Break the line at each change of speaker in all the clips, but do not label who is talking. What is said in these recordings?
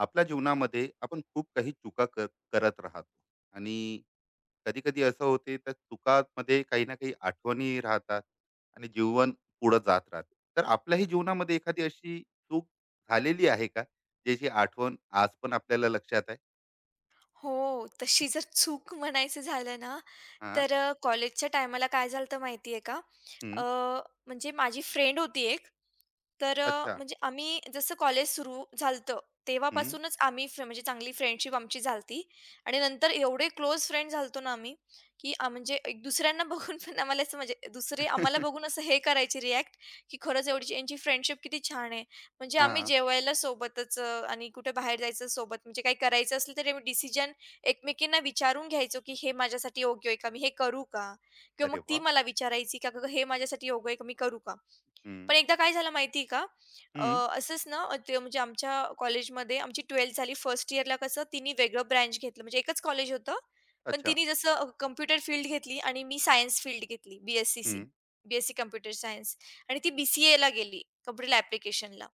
आपल्या जीवनामध्ये आपण खूप काही चुका करत राहतो. आणि कधी कधी असं होते त्या चुकामध्ये काही ना काही आठवणी राहतात आणि जीवन पुढं जात राहते. तर आपल्याही जीवनामध्ये एखादी अशी चूक झालेली आहे का, ज्याची आठवण आज पण आपल्याला लक्षात आहे?
हो, तशी जर चूक म्हणायचं झालं ना,
हा.
तर कॉलेजच्या टायमाला काय झालं होतं माहिती आहे का?
हम्म.
अ, म्हणजे माझी फ्रेंड होती एक. तर
अच्छा.
म्हणजे आम्ही जसं कॉलेज सुरू झालं होतं,
हम्म.
तेव्हापासूनच आम्ही म्हणजे चांगली फ्रेंडशिप आमची झाली होती आणि नंतर एवढे क्लोज फ्रेंड झालो ना आम्ही, की म्हणजे एक दुसऱ्यांना बघून पण आम्हाला असं म्हणजे दुसरे आम्हाला बघून असं हे करायचे रिॲक्ट, की खरंच एवढी यांची फ्रेंडशिप किती छान आहे. म्हणजे आम्ही
हा.
जेवायला सोबतच आणि कुठे बाहेर जायचं सोबत, म्हणजे काही करायचं असलं, तरी आम्ही डिसिजन एकमेकींना विचारून घ्यायचो, की "हे माझ्यासाठी योग्य आहे का? मी हे करू का?" किंवा
अरे
मग ती
वा.
मला विचारायची, की "अगं, हे माझ्यासाठी योग्य आहे का? मी करू का?" पण
हम्म.
एकदा काय झालं माहिती आहे का? अ,
हम्म.
असंच ना अं, ते म्हणजे आमच्या कॉलेजमध्ये आमची 12th झाली. फर्स्ट इयरला कसं तिने वेगळं ब्रँच घेतलं. म्हणजे एकच कॉलेज होतं. पण
अच्छा.
तिने जसं फील्ड घेतली आणि मी सायन्स फील्ड घेतली.
हम्म.
बी-एस-सी कॉम्प्युटर सायन्स आणि ती बी-सी-एला गेली, कॉम्प्युटर ॲप्लिकेशनला.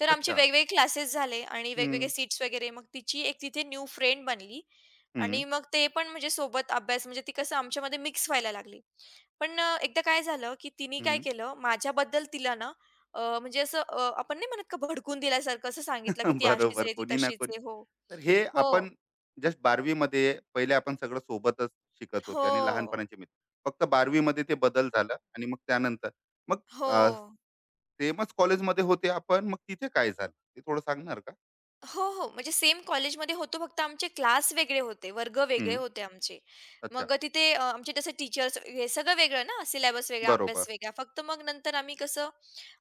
तर आमचे
अच्छा.
वेगवेगळे क्लासेस झाले आणि वेगवेगळे
हम्म.
सीट्स वगैरे मग तिची एक तिथे न्यू फ्रेंड बनली
हम्म.
आणि मग ते पण म्हणजे सोबत अभ्यास म्हणजे ती कसं आमच्यामध्ये मिक्स व्हायला लागली. पण एकदा काय झालं, की तिने काय
हम्म.
केलं माझ्याबद्दल तिला ना म्हणजे असं आपण नाही म्हणत का भडकून दिल्यासारखं असं सांगितलं, की "ती अशीच
बरोबर,
आहे, ती
कोणी ना
तशीच
कोणी.
आहे." हो.
तर हे आपण
हो.
जस्ट 12वी मध्ये पहिले आपण सगळं सोबतच शिकत होते आणि
हो.
लहानपणाचे मित्र. फक्त 12वी मध्ये ते बदल झालं आणि मग त्यानंतर मग
हो.
सेमच कॉलेजमध्ये होते आपण. मग तिथे काय झालं? ते थोडं सांगणार का?
हो, हो. म्हणजे सेम कॉलेजमध्ये होतो. फक्त आमचे क्लास वेगळे होते, वर्ग वेगळे
हं.
होते आमचे.
अच्छा.
मग तिथे आमचे जसे टीचर्स हे सगळं वेगळं ना, सिलेबस वेगळा, अभ्यास
बरोबर,
वेगळा. फक्त मग नंतर आम्ही कसं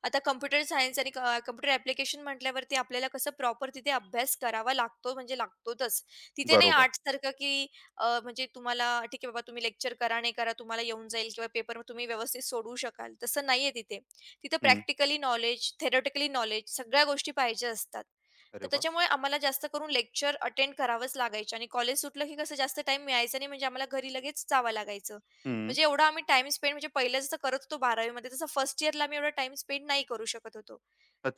आता कॉम्प्युटर सायन्स आणि कॉम्प्युटर म्हटल्यावरती आपल्याला कसं प्रॉपर तिथे अभ्यास करावा लागतो, म्हणजे लागतोच. तिथे नाही
बरोबर.
आर्ट्ससारखं की म्हणजे तुम्हाला ठीक आहे बाबा तुम्ही लेक्चर करा, नाही करा, तुम्हाला येऊन जाईल किंवा पेपर तुम्ही व्यवस्थित सोडवू शकाल. तसं नाहीये तिथे. तिथं
हं.
प्रॅक्टिकली नॉलेज, थेरॉटिकली नॉलेज सगळ्या गोष्टी पाहिजे असतात.
अरे
तर
वाह!
त्याच्यामुळे आम्हाला जास्त करून लेक्चर अटेंड करावंच लागायचे आणि कॉलेज सुटलं की कसं जास्त टाईम मिळायचा नाही म्हणजे आम्हाला घरी लगेच जावं लागायचं.
हं.
म्हणजे एवढा आम्ही टाइम स्पेंड म्हणजे पहिले जसं करत होतो 12th मध्ये तसं फर्स्ट इयरला आम्ही एवढा टाईम स्पेंड नाही करू शकत होतो.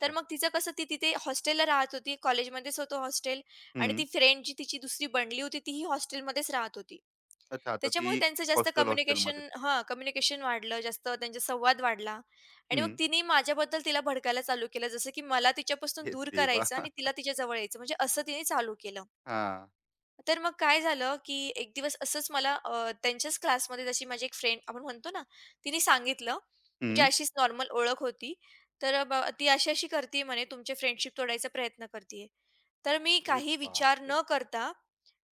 तर मग तिचं कसं ती तिथे हॉस्टेलला राहत होती. कॉलेजमध्येच होतं हॉस्टेल आणि
हं.
ती फ्रेंड जी तिची दुसरी बनली होती तीही हॉस्टेलमध्येच राहत होती.
अच्छा. आता ती
त्याच्यामुळे त्यांचं जास्त
हॉस्टेलमध्ये.
कम्युनिकेशन वाढलं, जास्त त्यांचा संवाद वाढला. आणि मग
हं.
तिने माझ्याबद्दल तिला भडकायला चालू केलं, जसं की मला तिच्यापासून
हे
दूर
देवा!
करायचं आणि तिला तिच्या जवळ यायचं, म्हणजे असं तिने चालू केलं.
हां.
तर मग काय झालं, की एक दिवस असंच मला त्यांच्याच क्लासमध्ये जशी माझी एक फ्रेंड आपण म्हणतो ना, तिने सांगितलं, म्हणजे
हं.
अशीच नॉर्मल ओळख होती. तर "ती अशी-अशी करतीये म्हणे, तुमची फ्रेंडशिप तोडायचा प्रयत्न करतीये." तर मी
अरे
काही विचार
बापरे!
न करता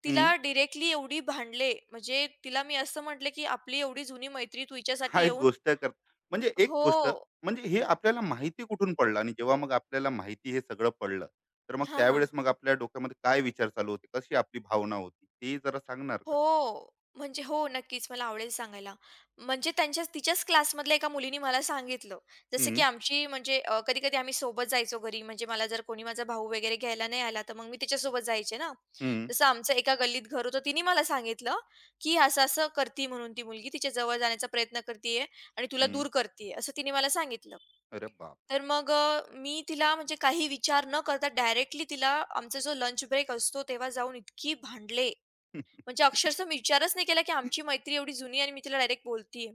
तिला डायरेक्टली एवढी भांडले, म्हणजे तिला मी असं म्हटले, की "आपली एवढी जुनी मैत्री तू हिच्यासाठी
काय
येऊन"
गोष्ट कर म्हणजे एक
हो.
गोष्ट म्हणजे हे आपल्याला माहिती कुठून पडलं? आणि जेव्हा मग आपल्याला माहिती हे सगळं पडलं, तर मग
हां, हां.
त्यावेळेस मग आपल्या डोक्यामध्ये काय विचार चालू होते, कशी आपली भावना होती, ते जरा सांगणार का?
हो. म्हणजे हो, नक्कीच मला आवडेल सांगायला. म्हणजे त्यांच्याच तिच्याच क्लासमधल्या एका मुलीने मला सांगितलं. जसं की
हम्म.
आमची म्हणजे कधी-कधी आम्ही सोबत जायचो घरी. म्हणजे मला जर कोणी माझा भाऊ वगैरे घ्यायला नाही आला, तर मग मी तिच्यासोबत जायचे ना.
हम्म.
जसं आमचं एका गल्लीत घर होतं. तिने मला सांगितलं, की असं-असं करती म्हणून ती मुलगी. तिच्या जवळ जाण्याचा प्रयत्न करती आणि तुला
हम्म.
दूर करती असं तिने मला सांगितलं.
अरे बापरे.
तर मग मी तिला म्हणजे काही विचार न करता डायरेक्टली तिला आमचा जो लंच ब्रेक असतो, तेव्हा जाऊन इतकी भांडले. म्हणजे अक्षरशः मी विचारच नाही केला, की आमची मैत्री एवढी जुनी आणि मी तिला डायरेक्ट बोलतीये.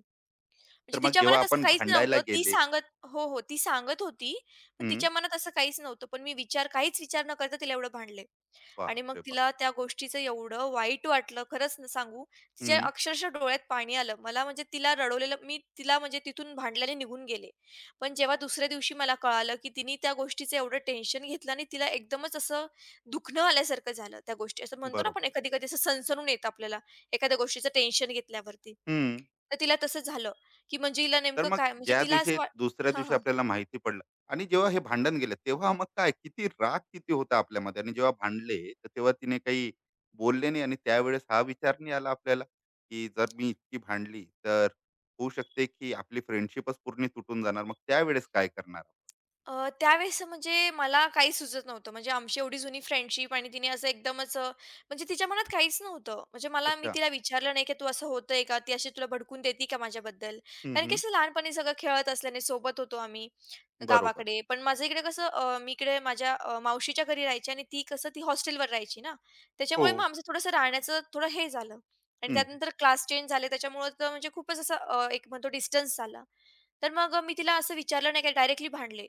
तर
म्हणजे
मग
तिच्या
जेव्हा
मनात असं
आपण
काहीच
भांडायला
नव्हतं. ती
गेले.
सांगत हो, हो. ती सांगत होती, पण
हम्म.
तिच्या मनात असं काहीच नव्हतं. पण मी काहीच विचार न करता तिला एवढं भांडले. आणि मग
बापरे बाप.
तिला त्या गोष्टीचं एवढं वाईट वाटलं, खरंच न सांगू, तिच्या
हम्म.
अक्षरशः डोळ्यात पाणी आलं. मला म्हणजे तिला रडवलेलं मी तिला म्हणजे तिथून भांडल्याने निघून गेले. पण जेव्हा दुसऱ्या दिवशी मला कळालं, की तिने त्या गोष्टीचं एवढं टेन्शन घेतलं आणि तिला एकदमच असं दुखणं आल्यासारखं झालं त्या गोष्टी. असं म्हणतो ना
बरोबर.
आपण कधी-कधी असं सणसणून येतं आपल्याला एखाद्या गोष्टीचं टेन्शन घेतल्यावरती.
हम्म.
तर तिला तसं झालं, की म्हणजे हिला
तर
नेमकं
मग
काय म्हणजे
ज्या
तिला
दिवशी
असं वाट
दुसऱ्या
हां,
दिवशी
हां.
आपल्याला माहिती पडलं आणि जेव्हा हे भांडण गेलं, तेव्हा मग काय किती राग किती होता आपल्यामध्ये? आणि जेव्हा भांडले तर तेव्हा तिने काही बोलले नाही, आणि त्यावेळेस हा विचार नाही आला आपल्याला, की जर मी इतकी भांडली तर होऊ शकते की आपली फ्रेंडशिपच पूर्ण तुटून जाणार, मग त्यावेळेस काय करणार?
त्यावेळेस म्हणजे मला काही सुचत नव्हतं. म्हणजे आमची एवढी जुनी फ्रेंडशिप आणि तिने असं एकदमच म्हणजे तिच्या मनात काहीच नव्हतं. म्हणजे मला मी
अच्छा.
तिला विचारलं नाही, की "तू असं होतंय का? ती अशी तुला भडकून देते का माझ्याबद्दल?"
हम्म.
कारण की
हम्म.
असं लहानपणी सगळं खेळत असल्याने सोबत होतो आम्ही.
बरोबर.
गावाकडे. पण माझं इकडे कसं मी इकडे माझ्या मावशीच्या घरी राहायची आणि ती कसं ती हॉस्टेलवर राहायची ना.
हो.
त्याच्यामुळे मग आमचं थोडंसं राहण्याचं थोडं हे झालं आणि
हम्म.
त्यानंतर क्लास चेंज झाले त्याच्यामुळं तर म्हणजे खूपच असं एक म्हणतो डिस्टन्स झाला. तर मग मी तिला असं विचारलं नाही, की डायरेक्टली भांडले.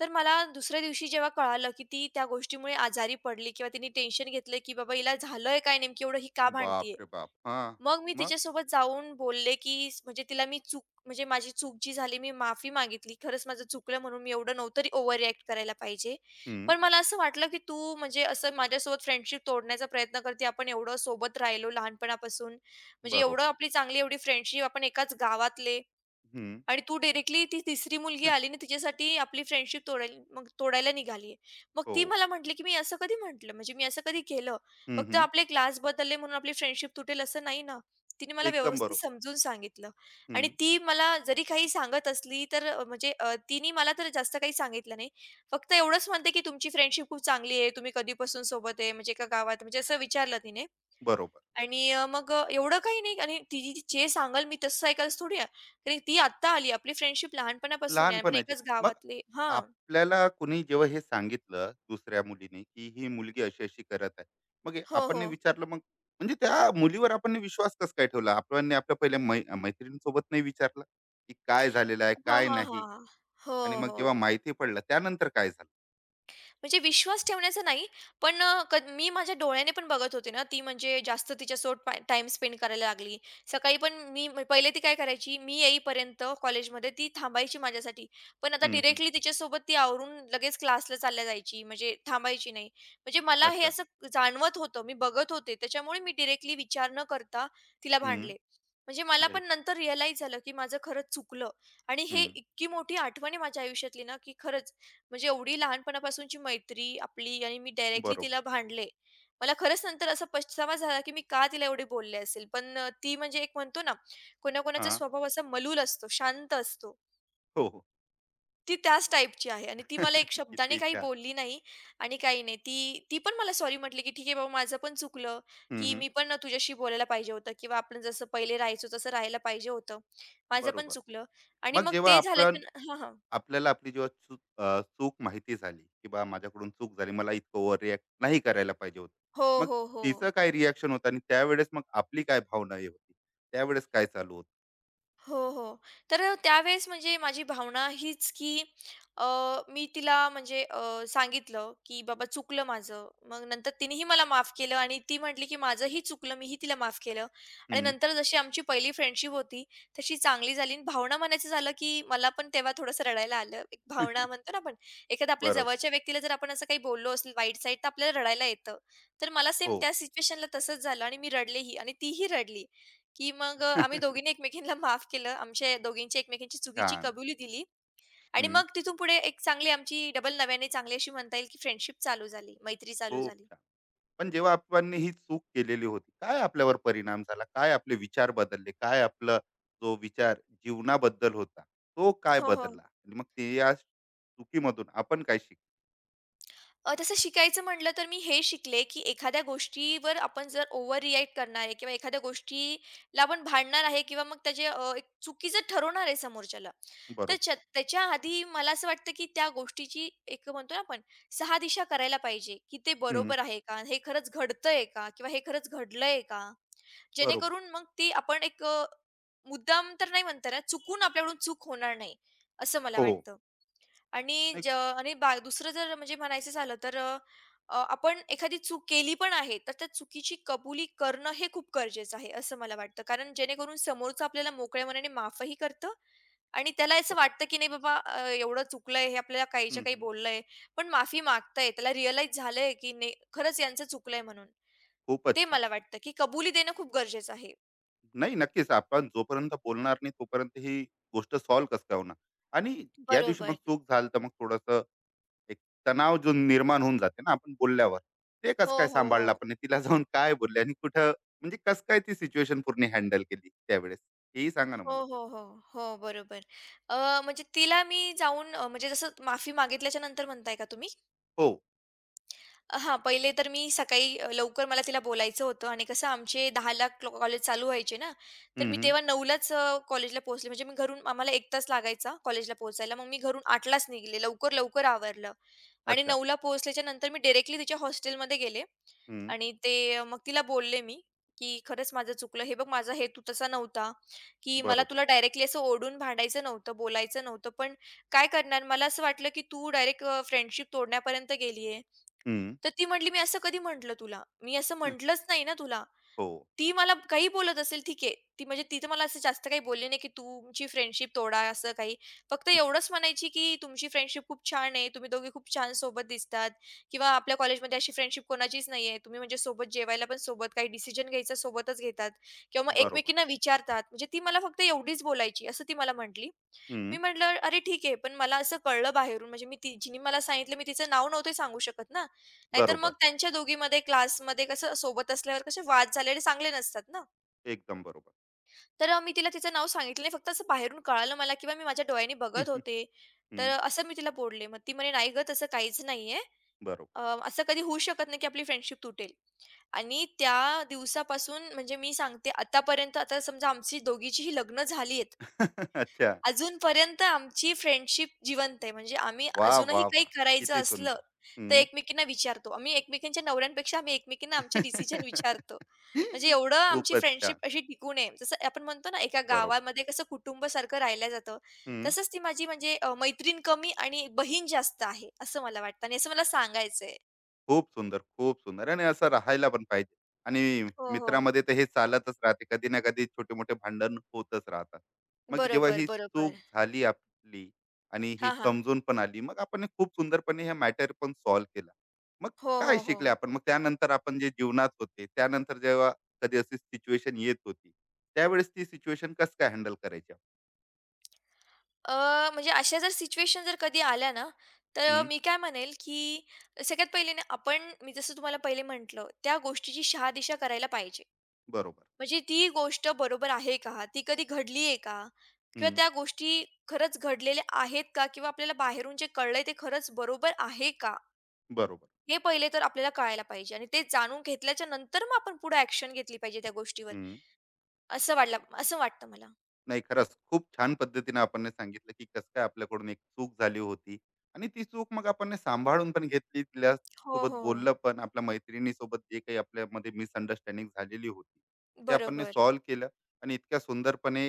तर मला दुसऱ्या दिवशी जेव्हा कळालं, की ती त्या गोष्टीमुळे आजारी पडली किंवा तिने टेन्शन घेतलं, की बाबा हिला झालंय काय नेमकी एवढं, ही का
बाप
भांडतीये?
रे बाप. हा.
मग मी
मग.
तिच्यासोबत जाऊन बोलले, की म्हणजे तिला मी चूक म्हणजे माझी चूक जी झाली मी माफी मागितली. खरंच माझं चुकलं म्हणून मी एवढं नव्हतं ओव्हर रिएक्ट करायला पाहिजे.
हम्म.
पण मला असं वाटलं, की तू म्हणजे असं माझ्यासोबत फ्रेंडशिप तोडण्याचा प्रयत्न करते. आपण एवढं सोबत राहिलो लहानपणापासून. म्हणजे एवढं
बरोबर.
आपली चांगली एवढी फ्रेंडशिप आपण एकाच गावातले
हम्म.
आणि तू डायरेक्टली ती तिसरी मुलगी आली आणि तिच्यासाठी आपली फ्रेंडशिप तोडायला निघाली आहे. मग
हो.
ती मला म्हटली, की "मी असं कधी म्हटलं? म्हणजे मी असं कधी केलं?
हम्म.
फक्त
हम्म.
आपले क्लास बदलले म्हणून आपली फ्रेंडशिप तुटेल असं नाही ना." तिने मला
एकदम
व्यवस्थित
बरोबर.
समजून सांगितलं आणि
हम्म.
ती मला जरी काही सांगत असली तर तिने मला तर जास्त काही सांगितलं नाही. फक्त एवढंच म्हणते, की "तुमची फ्रेंडशिप खूप चांगली आहे. तुम्ही कधीपासून सोबत आहे? म्हणजे एका गावात?" म्हणजे असं विचारलं तिने.
बरोबर.
आणि एवढं काही नाही आणि ती जी जे सांगाल मी तसं ऐकायलाच थोडी आहे. कारण ती आत्ता आली. आपली फ्रेंडशिप लहानपणापासून आहे. आपण
लहानपणाची.
एकाच
मग
गावातले हां.
आपल्याला कुणी जेव्हा हे सांगितलं दुसऱ्या मुलीने, की ही मुलगी अशी-अशी करत आहे. मग हे
हो,
आपण नाही
हो.
विचारलं, मग म्हणजे त्या मुलीवर आपण नाही विश्वास कसा काय ठेवला? आपण नाही आपल्या पहिल्या मैत्रिणीसोबत नाही विचारलं, की काय झालेलं आहे,
हां,
काय
हां,
नाही?
हां. हो,
आणि मग
हो.
जेव्हा माहिती पडलं त्यानंतर काय झालं?
म्हणजे विश्वास ठेवण्याचा नाही, पण अ, क मी माझ्या डोळ्याने पण बघत होते ना, ती म्हणजे जास्त तिच्यासोबत टाईम स्पेंड करायला लागली. सकाळी पण मी पहिले ती काय करायची, मी येईपर्यंत कॉलेजमध्ये ती थांबायची माझ्यासाठी. पण आता
हं, हं.
डायरेक्टली तिच्यासोबत ती आवरून लगेच क्लासला चालल्या जायची, म्हणजे थांबायची नाही. म्हणजे मला हे
अच्छा.
असं जाणवत होतं, मी बघत होते. त्याच्यामुळे मी डायरेक्टली विचार न करता तिला
हं.
भांडले. म्हणजे मला
अरे
पण
बाप!
नंतर रिअलाईज झालं, की माझं खरंच चुकलं आणि हे
हं.
इतकी मोठी आठवण आहे माझ्या आयुष्यातली ना, की खरंच म्हणजे एवढी लहानपणापासूनची मैत्री आपली आणि मी डायरेक्टली
बरोबर.
तिला भांडले. मला खरंच नंतर असा पश्चावा झाला, की मी का तिला एवढे बोलले असेल. पण ती म्हणजे एक म्हणतो ना, कोणाकोणाचा
हां.
स्वभाव असा मलूल असतो, शांत असतो.
हो, हो.
ती त्याच टाईपची आहे आणि ती मला एक शब्दाने
किती
काही
छान.
बोलली नाही आणि काही नाही. ती ती पण मला सॉरी म्हटली, की "ठीक आहे बाबा, माझं पण चुकलं,
हं,
की
हं.
मी पण तुझ्याशी बोलायला पाहिजे होतं किंवा आपण जसं पहिले राहायचो तसं राहायला पाहिजे होतं. माझं पण
बरोबर.
चुकलं." आणि
मग
मग
जेव्हा
ते
आपण
झाल्याच्या हां, हां.
आपल्याला आपली जेव्हा चूक माहिती झाली, की माझ्याकडून चूक झाली, मला इतकं ओव्हर रिॲक्ट नाही करायला पाहिजे होतं.
हो,
मग
हो, हो.
तिचं काय रिॲक्शन होतं आणि त्यावेळेस मग आपली काय भावना हे होती, त्यावेळेस काय चालू होत?
हो, हो. तर त्यावेळेस म्हणजे माझी भावना हीच, की अ, मी तिला म्हणजे सांगितलं, की "बाबा चुकलं माझं." मग नंतर तिनेही मला माफ केलं आणि ती म्हटली, की "माझंही चुकलं." मीही तिला माफ केलं आणि
हम्म.
नंतर जशी आमची पहिली फ्रेंडशिप होती, तशी चांगली झाली आणि भावना म्हणायचं झालं, की मला पण तेव्हा थोडंसं रडायला आलं. एक भावना म्हणतो ना आपण, एखाद्या आपल्या
बरोबर.
जवळच्या व्यक्तीला जर आपण असं काही बोललो असेल वाईट साईड, तर आपल्याला रडायला येतं. तर मला सेम
हो.
त्या सिच्युएशनला तसंच झालं आणि मी रडलेही आणि तीही रडली. की मग आम्ही दोघींनी एकमेकींना माफ केलं. आमच्या दोघींची एकमेकींची चुकीची
छान.
कबुली दिली आणि
हम्म,
मग तिथून पुढे एक चांगली आमची डबल नव्याने चांगली अशी म्हणता येईल की फ्रेंडशिप चालू झाली, मैत्री चालू
खूप
झाली.
छान. पण जेव्हा आपण ही चूक केलेली होती, काय आपल्यावर परिणाम झाला, काय आपले विचार बदलले, काय आपलं जो विचार जीवनाबद्दल होता, तो काय
हो, हो.
बदलला, आणि मग ते या चुकीमधून आपण काय शिक?
तसं शिकायचं म्हटलं तर मी हे शिकले, की एखाद्या गोष्टीवर आपण जर ओव्हर रिएक्ट करणार आहे किंवा एखाद्या गोष्टीला आपण भांडणार आहे किंवा मग त्याचे एक चुकीचं ठरवणार आहे समोरच्याला, तर
बरोबर.
त्याच्या आधी मला असं वाटतं, की त्या गोष्टीची एक म्हणतो ना आपण 6 दिशा करायला पाहिजे, की ते
हम्म,
बरोबर आहे का? हे खरंच घडतंय का? किंवा हे खरंच घडलंय का?
बरोबर.
जेणेकरून मग ती आपण एक मुद्दाम तर नाही म्हणता येणार, चुकून आपल्याकडून चूक होणार नाही, असं मला
हो.
वाटतं. आणि ज आणि दुसरं जर म्हणजे म्हणायचं झालं तर अ, अ, आपण एखादी चूक केली पण आहे, तर त्या चुकीची कबुली करणं हे खूप गरजेचं आहे, असं मला वाटतं. कारण जेणेकरून समोरचं आपल्याला मोकळ्या मनाने माफही करतं आणि त्याला असं
बरोबर.
वाटतं, की नाही बाबा एवढं चुकलंय, हे आपल्याला
हं,
काहीच्या काही
हं.
बोललंय, पण माफी मागतंय, त्याला रिअलाईज झालंय, की नाही खरंच यांचं चुकलंय म्हणून.
खूपच
ते
छान.
मला वाटतं, की कबुली देणं खूप गरजेचं आहे.
नाही, नक्कीच आपण जोपर्यंत बोलणार नाही, तोपर्यंत ही गोष्ट सॉल्व्ह कसं काय होणार? आणि ज्या दिवशी मग
बरोबर.
चूक झाली, तर मग थोडंसं एक तणाव जो निर्माण होऊन जाते ना, आपण बोलल्यावर, ते कसं
हो,
काय
हो, हो.
सांभाळलं आपण आणि तिला जाऊन काय बोलले आणि कुठं, म्हणजे कसं काय ती सिच्युएशन पूर्ण हँडल केली त्यावेळेस? हेही सांगा ना
हो,
मला
हो,
थोडं?
हो. हो, बरोबर. अ, म्हणजे तिला मी जाऊन म्हणजे जसं माफी मागितल्याच्या नंतर म्हणताय का तुम्ही?
हो.
हां, पहिले तर मी सकाळी लवकर मला तिला बोलायचं होतं. आणि कसं आमचे 10:00ला कॉलेज चालू व्हायचे ना, तर
हं,
मी
हं.
तेव्हा 9:00लाच कॉलेजला पोहोचले. म्हणजे मी घरून आम्हाला 1 तास लागायचा कॉलेजला पोहोचायला. मग मी घरून 8:00लाच निघाले. लवकर, लवकर आवरलं आणि
अच्छा.
9:00ला पोहोचल्याच्या नंतर मी डायरेक्टली तिच्या हॉस्टेलमध्ये गेले.
हं.
आणि ते मग तिला बोलले मी, की "खरंच माझं चुकलं. हे बघ माझा हेतू तसा नव्हता, की मला
बरोबर.
तुला डायरेक्टली असं ओरडून भांडायचं नव्हतं, बोलायचं नव्हतं. पण काय करणार, मला असं वाटलं की तू डायरेक्ट फ्रेंडशिप तोडण्यापर्यंत गेली."
हम्म,
तर ती म्हटली, "मी असं कधी म्हटलं तुला? मी असं
हं.
म्हटलंच नाही ना तुला."
हो.
ती मला काही बोलत असेल ठीक आहे. ती म्हणजे ती तर मला असं जास्त काही बोलली नाही, की तुमची फ्रेंडशिप तोडा असं काही. फक्त एवढंच म्हणायची, की "तुमची फ्रेंडशिप खूप छान आहे. तुम्ही दोघे खूप छान सोबत दिसतात." किंवा "आपल्या कॉलेजमध्ये अशी फ्रेंडशिप कोणाचीच नाही आहे. तुम्ही म्हणजे सोबत जेवायला पण सोबत, काही डिसिजन घ्यायचा सोबतच घेतात किंवा मग
बरोबर.
एकमेकींना विचारतात." म्हणजे ती मला फक्त एवढीच बोलायची असं ती मला म्हटली. मी
हं.
म्हटलं, "अरे ठीक आहे." पण मला असं कळलं बाहेरून, म्हणजे मी ती जिने मला सांगितलं मी तिचं नाव नव्हते सांगू शकत ना. नाहीतर मग
बरोबर.
त्यांच्या दोघीमध्ये क्लासमध्ये कसं सोबत असल्यावर कसे वाद झालेले चांगले नसतात ना.
एकदम बरोबर.
तर मी तिला तिचं नाव सांगितलं नाही. फक्त असं बाहेरून कळालं मला किंवा मी माझ्या डोळ्यांनी बघत होते. तर
हं,
असं मी तिला बोलले. मग ती म्हणे, "नाही गं, तसं काहीच नाहीये.
बरोबर.
अ, असं कधी होऊ शकत नाही की आपली फ्रेंडशिप तुटेल." आणि त्या दिवसापासून म्हणजे मी सांगते आतापर्यंत, आता समजा आमची दोघीचीही लग्न झाली,
अच्छा.
अजूनपर्यंत आमची फ्रेंडशिप जिवंत आहे. म्हणजे आम्ही
वा
अजूनही
वा
काही
वा,
करायचं
किती
असलं,
सुंदर.
तर
हं.
एकमेकींना विचारतो. आम्ही एकमेकींच्या नवऱ्यांपेक्षा आम्ही एकमेकींना आमचे डिसिजन विचारतो. म्हणजे एवढं आमची
खूपच छान.
फ्रेंडशिप अशी टिकून आहे. जसं आपण म्हणतो ना, एका
बरोबर.
गावामध्ये कसं कुटुंबासारखं राहिलं जातं,
हं.
तसंच ती माझी म्हणजे मैत्रीण कमी आणि बहीण जास्त आहे, असं मला वाटतं आणि असं मला सांगायचंय.
खूप सुंदर, खूप सुंदर, आणि असं राहायला पण पाहिजे. आणि
हो, हो.
मित्रामध्ये तर हे चालतच राहते. कधी ना कधी छोटे-मोठे भांडण होतच राहतात. मग जेव्हा
बरोबर,
ही चूक
बरोबर.
झाली आपली आणि ही
हां, हां.
समजून पण आली, मग आपण हे खूप सुंदरपणे हे मॅटर पण सॉल्व्ह केला. मग
हो,
काय
हो, हो.
शिकले आपण? मग त्यानंतर आपण जे जीवनात होते, त्यानंतर जेव्हा कधी अशी सिच्युएशन येत होती, त्यावेळेस ती सिच्युएशन कसं काय हँडल करायची?
म्हणजे अशा जर सिच्युएशन जर कधी आल्या ना, तर
हं.
मी काय म्हणेल, की सगळ्यात पहिले ना आपण मी जसं तुम्हाला पहिले म्हटलं, त्या गोष्टीची शहादिशा करायला पाहिजे.
बरोबर.
म्हणजे ती गोष्ट बरोबर आहे का? ती कधी घडली आहे का? किंवा
हं.
त्या गोष्टी खरंच घडलेल्या आहेत का? किंवा आपल्याला बाहेरून जे कळलंय ते खरंच बरोबर आहे का?
बरोबर.
हे पहिले तर आपल्याला कळायला पाहिजे आणि ते जाणून घेतल्याच्या नंतर मग आपण पुढे ॲक्शन घेतली पाहिजे त्या गोष्टीवर,
हं.
असं वाटतं मला.
नाही, खरंच खूप छान पद्धतीने आपण सांगितलं, की कसं काय आपल्याकडून एक चूक झाली होती, आणि ती चूक मग आपण सांभाळून पण घेतली.
हो,
तिच्यासोबत
हो.
बोललं पण, आपल्या मैत्रिणीसोबत जे काही आपल्यामध्ये मिसअंडरस्टँडिंग झालेली होती, ते आपण
बरोबर.
सॉल्व्ह केलं, आणि इतक्या सुंदरपणे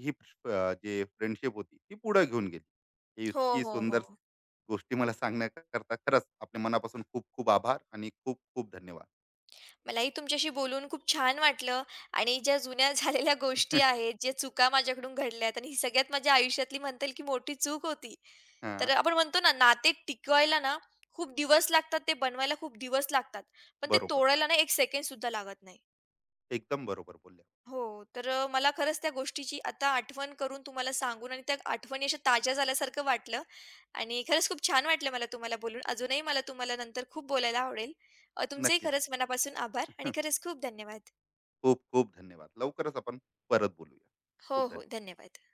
ही अ, जे फ्रेंडशिप होती, ती पुढे घेऊन गेली. ही
हो,
इतकी
हो,
सुंदर
हो.
गोष्टी मला सांगण्याकरता खरंच आपल्या मनापासून खूप खूप आभार आणि खूप खूप धन्यवाद.
मलाही तुमच्याशी बोलून खूप छान वाटलं आणि ज्या जुन्या झालेल्या गोष्टी आहेत, ज्या चुका माझ्याकडून घडल्यात आणि ही सगळ्यात माझ्या आयुष्यातली म्हणता येईल की मोठी चूक होती. तर
हां,
आपण म्हणतो ना, नाते टिकवायला ना खूप दिवस लागतात, ते बनवायला खूप दिवस लागतात. पण ते
बरोबर.
तोडायला ना 1 सेकंड सुद्धा लागत नाही.
एकदम बरोबर बोलल्या.
हो, तर मला खरंच त्या गोष्टीची आता आठवण करून तुम्हाला सांगून आणि त्या आठवणी अशा ताज्या झाल्यासारखं वाटलं आणि खरंच खूप छान वाटलं मला तुम्हाला बोलून. अजूनही मला तुम्हाला नंतर खूप बोलायला आवडेल. तुमचेही
नक्कीच.
खरंच मनापासून आभार आणि खरंच खूप धन्यवाद.
खूप खूप धन्यवाद. लवकरच आपण परत बोलूया.
हो,
खूप
हो.
धन्यवाद.
धन्यवाद.